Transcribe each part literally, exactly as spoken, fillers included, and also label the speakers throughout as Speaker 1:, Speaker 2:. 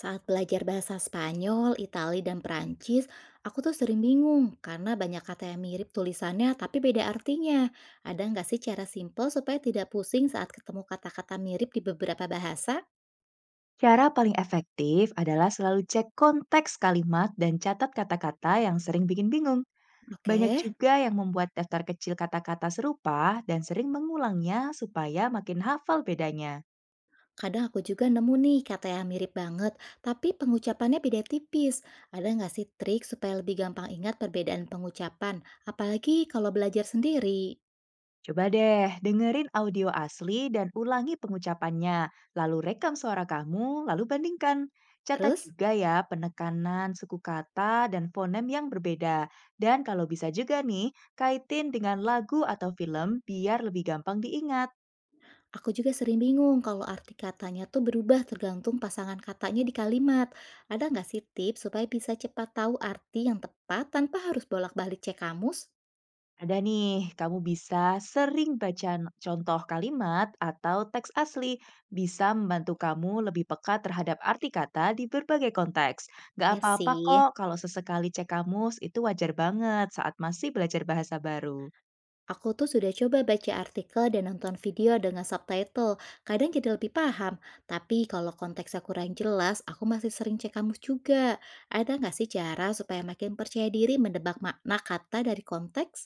Speaker 1: Saat belajar bahasa Spanyol, Itali, dan Perancis, aku tuh sering bingung karena banyak kata yang mirip tulisannya tapi beda artinya. Ada nggak sih cara simpel supaya tidak pusing saat ketemu kata-kata mirip di beberapa bahasa?
Speaker 2: Cara paling efektif adalah selalu cek konteks kalimat dan catat kata-kata yang sering bikin bingung. Banyak
Speaker 1: Oke,
Speaker 2: juga yang membuat daftar kecil kata-kata serupa dan sering mengulangnya supaya makin hafal bedanya.
Speaker 1: kadang aku juga nemu nih kata yang mirip banget tapi pengucapannya beda tipis. Ada nggak sih trik supaya lebih gampang ingat perbedaan pengucapan, apalagi kalau belajar sendiri?
Speaker 2: Coba deh, dengerin audio asli dan ulangi pengucapannya, lalu rekam suara kamu, lalu bandingkan. Catat
Speaker 1: Terus?
Speaker 2: juga ya penekanan suku kata dan fonem yang berbeda. Dan kalau bisa juga nih, kaitin dengan lagu atau film biar lebih gampang diingat.
Speaker 1: Aku juga sering bingung kalau arti katanya tuh berubah tergantung pasangan katanya di kalimat. Ada nggak sih tips supaya bisa cepat tahu arti yang tepat tanpa harus bolak-balik cek kamus?
Speaker 2: Ada nih, kamu bisa sering baca n- contoh kalimat atau teks asli, bisa membantu kamu lebih peka terhadap arti kata di berbagai konteks. Gak
Speaker 1: Ya
Speaker 2: apa-apa
Speaker 1: sih,
Speaker 2: kok kalau sesekali cek kamus, itu wajar banget saat masih belajar bahasa baru.
Speaker 1: aku tuh sudah coba baca artikel dan nonton video dengan subtitle. Kadang jadi lebih paham, tapi kalau konteksnya kurang jelas, aku masih sering cek kamus juga. Ada nggak sih cara supaya makin percaya diri mendebak makna kata dari konteks?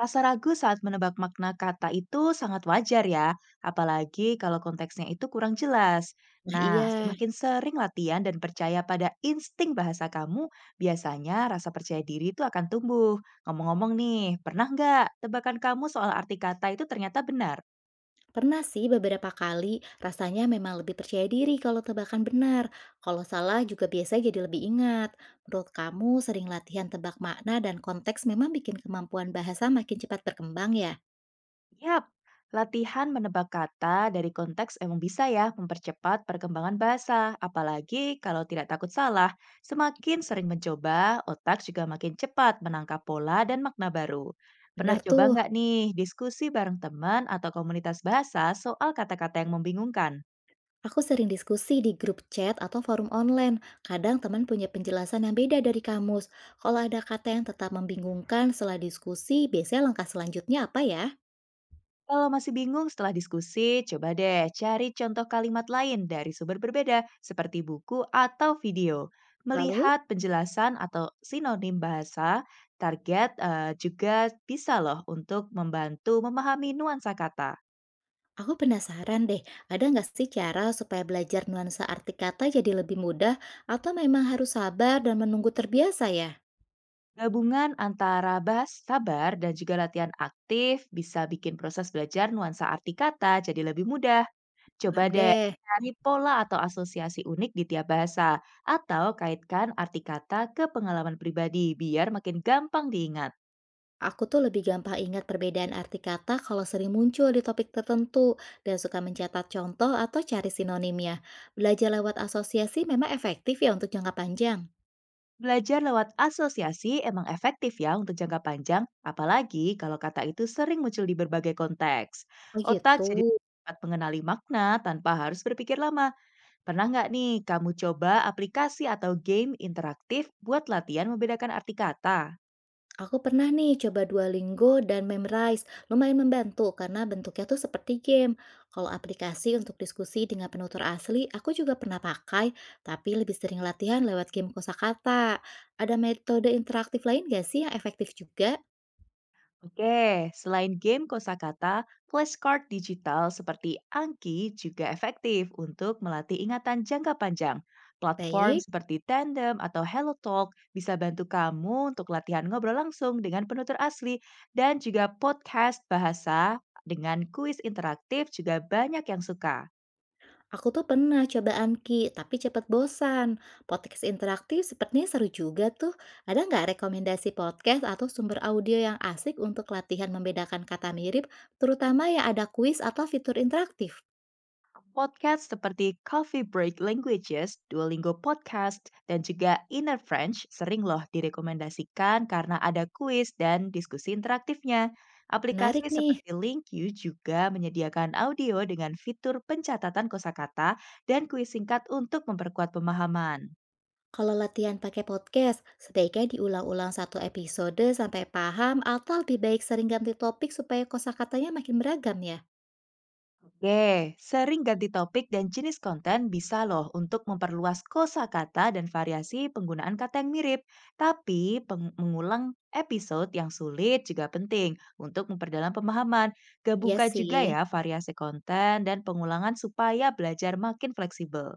Speaker 2: Rasa ragu saat menebak makna kata itu sangat wajar ya, apalagi kalau konteksnya itu kurang jelas.
Speaker 1: Nah
Speaker 2: Nah,
Speaker 1: iya.
Speaker 2: semakin sering latihan dan percaya pada insting bahasa kamu, biasanya rasa percaya diri itu akan tumbuh. Ngomong-ngomong nih, pernah nggak tebakan kamu soal arti kata itu ternyata benar?
Speaker 1: Pernah sih beberapa kali, rasanya memang lebih percaya diri kalau tebakan benar. Kalau salah juga biasa jadi lebih ingat. Menurut kamu, sering latihan tebak makna dan konteks memang bikin kemampuan bahasa makin cepat berkembang ya?
Speaker 2: Yap, latihan menebak kata dari konteks emang bisa ya mempercepat perkembangan bahasa, apalagi kalau tidak takut salah. Semakin sering mencoba, otak juga makin cepat menangkap pola dan makna baru. Pernah
Speaker 1: Bener
Speaker 2: coba
Speaker 1: tuh,
Speaker 2: nggak nih diskusi bareng teman atau komunitas bahasa soal kata-kata yang membingungkan?
Speaker 1: aku sering diskusi di grup chat atau forum online. Kadang teman punya penjelasan yang beda dari kamus. Kalau ada kata yang tetap membingungkan setelah diskusi, biasanya langkah selanjutnya apa ya?
Speaker 2: Kalau masih bingung setelah diskusi, coba deh cari contoh kalimat lain dari sumber berbeda seperti buku atau video.
Speaker 1: Lalu?
Speaker 2: Melihat penjelasan atau sinonim bahasa, target eh, juga bisa loh untuk membantu memahami nuansa kata.
Speaker 1: Aku penasaran deh, ada nggak sih cara supaya belajar nuansa arti kata jadi lebih mudah atau memang harus sabar dan menunggu terbiasa ya?
Speaker 2: Gabungan antara bahas sabar dan juga latihan aktif bisa bikin proses belajar nuansa arti kata jadi lebih mudah. Coba
Speaker 1: Paham
Speaker 2: deh
Speaker 1: deh,
Speaker 2: cari pola atau asosiasi unik di tiap bahasa, atau kaitkan arti kata ke pengalaman pribadi biar makin gampang diingat.
Speaker 1: aku tuh lebih gampang ingat perbedaan arti kata kalau sering muncul di topik tertentu dan suka mencatat contoh atau cari sinonimnya. Belajar lewat asosiasi memang efektif ya untuk jangka panjang.
Speaker 2: Belajar lewat asosiasi emang efektif ya untuk jangka panjang, apalagi kalau kata itu sering muncul di berbagai konteks.
Speaker 1: Oh
Speaker 2: Otak
Speaker 1: gitu.
Speaker 2: jadi lebih cepat mengenali makna tanpa harus berpikir lama. Pernah nggak nih kamu coba aplikasi atau game interaktif buat latihan membedakan arti kata?
Speaker 1: Aku pernah nih coba Duolingo dan Memrise, lumayan membantu karena bentuknya tuh seperti game. Kalau aplikasi untuk diskusi dengan penutur asli, aku juga pernah pakai, tapi lebih sering latihan lewat game kosakata. Ada metode interaktif lain gak sih yang efektif juga?
Speaker 2: Oke, selain game kosakata, flashcard digital seperti Anki juga efektif untuk melatih ingatan jangka panjang. Platform
Speaker 1: Baik.
Speaker 2: seperti Tandem atau HelloTalk bisa bantu kamu untuk latihan ngobrol langsung dengan penutur asli dan juga podcast bahasa dengan kuis interaktif juga banyak yang suka.
Speaker 1: Aku tuh pernah coba Anki, tapi cepet bosan. Podcast interaktif sepertinya seru juga tuh. Ada nggak rekomendasi podcast atau sumber audio yang asik untuk latihan membedakan kata mirip, terutama yang ada kuis atau fitur interaktif?
Speaker 2: Podcast seperti Coffee Break Languages, Duolingo Podcast, dan juga Inner French sering loh direkomendasikan karena ada kuis dan diskusi interaktifnya.
Speaker 1: Menarik
Speaker 2: Aplikasi
Speaker 1: nih.
Speaker 2: seperti LinkU juga menyediakan audio dengan fitur pencatatan kosakata dan kuis singkat untuk memperkuat pemahaman.
Speaker 1: Kalau latihan pakai podcast, sebaiknya diulang-ulang satu episode sampai paham atau lebih baik sering ganti topik supaya kosakatanya makin beragam ya?
Speaker 2: Oke, sering ganti topik dan jenis konten bisa loh untuk memperluas kosakata dan variasi penggunaan kata yang mirip. Tapi peng- mengulang episode yang sulit juga penting untuk memperdalam pemahaman.
Speaker 1: Iya
Speaker 2: Gabungkan juga
Speaker 1: sih.
Speaker 2: ya variasi konten dan pengulangan supaya belajar makin fleksibel.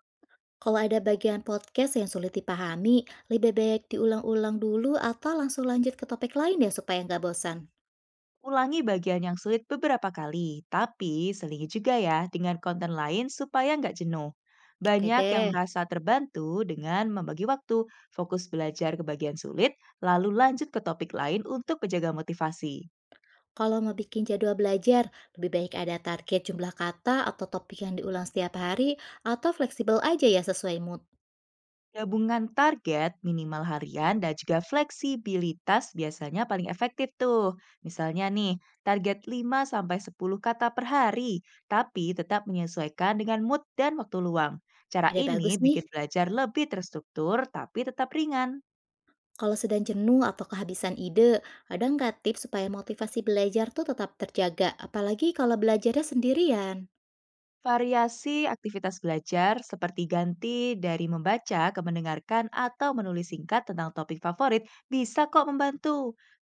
Speaker 1: Kalau ada bagian podcast yang sulit dipahami, lebih baik diulang-ulang dulu atau langsung lanjut ke topik lain ya supaya nggak bosan.
Speaker 2: Ulangi bagian yang sulit beberapa kali, tapi selingi juga ya dengan konten lain supaya nggak jenuh.
Speaker 1: Oke
Speaker 2: Banyak yang
Speaker 1: deh,
Speaker 2: merasa terbantu dengan membagi waktu, fokus belajar ke bagian sulit, lalu lanjut ke topik lain untuk menjaga motivasi.
Speaker 1: kalau mau bikin jadwal belajar, lebih baik ada target jumlah kata atau topik yang diulang setiap hari atau fleksibel aja ya sesuai mood.
Speaker 2: Gabungan target, minimal harian, dan juga fleksibilitas biasanya paling efektif tuh. Misalnya nih, target lima sampai sepuluh kata per hari, tapi tetap menyesuaikan dengan mood dan waktu luang. Cara
Speaker 1: Ide
Speaker 2: ini
Speaker 1: bagus nih,
Speaker 2: bikin belajar lebih terstruktur, tapi tetap ringan.
Speaker 1: kalau sedang jenuh atau kehabisan ide, ada nggak tips supaya motivasi belajar tuh tetap terjaga, apalagi kalau belajarnya sendirian?
Speaker 2: Variasi aktivitas belajar seperti ganti dari membaca ke mendengarkan atau menulis singkat tentang topik favorit bisa kok membantu.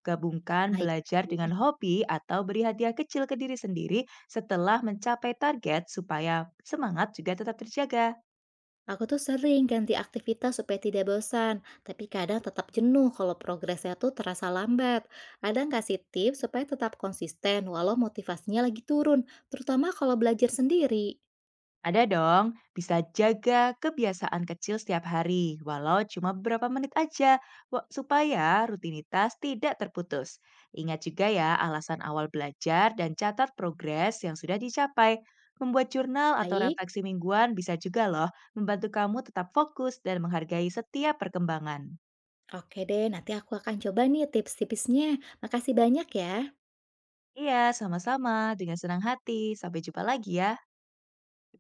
Speaker 2: Gabungkan
Speaker 1: Nah,
Speaker 2: belajar dengan hobi atau beri hadiah kecil ke diri sendiri setelah mencapai target supaya semangat juga tetap terjaga.
Speaker 1: aku tuh sering ganti aktivitas supaya tidak bosan, tapi kadang tetap jenuh kalau progresnya tuh terasa lambat. Ada nggak sih tips supaya tetap konsisten walau motivasinya lagi turun, terutama kalau belajar sendiri?
Speaker 2: Ada dong, bisa jaga kebiasaan kecil setiap hari, walau cuma beberapa menit aja, wa- supaya rutinitas tidak terputus. Ingat juga ya alasan awal belajar dan catat progres yang sudah dicapai. Membuat jurnal atau
Speaker 1: Baik,
Speaker 2: refleksi mingguan bisa juga loh membantu kamu tetap fokus dan menghargai setiap perkembangan.
Speaker 1: oke deh, nanti aku akan coba nih tips-tipsnya. Makasih banyak ya.
Speaker 2: Iya, sama-sama. Dengan senang hati. Sampai jumpa lagi ya.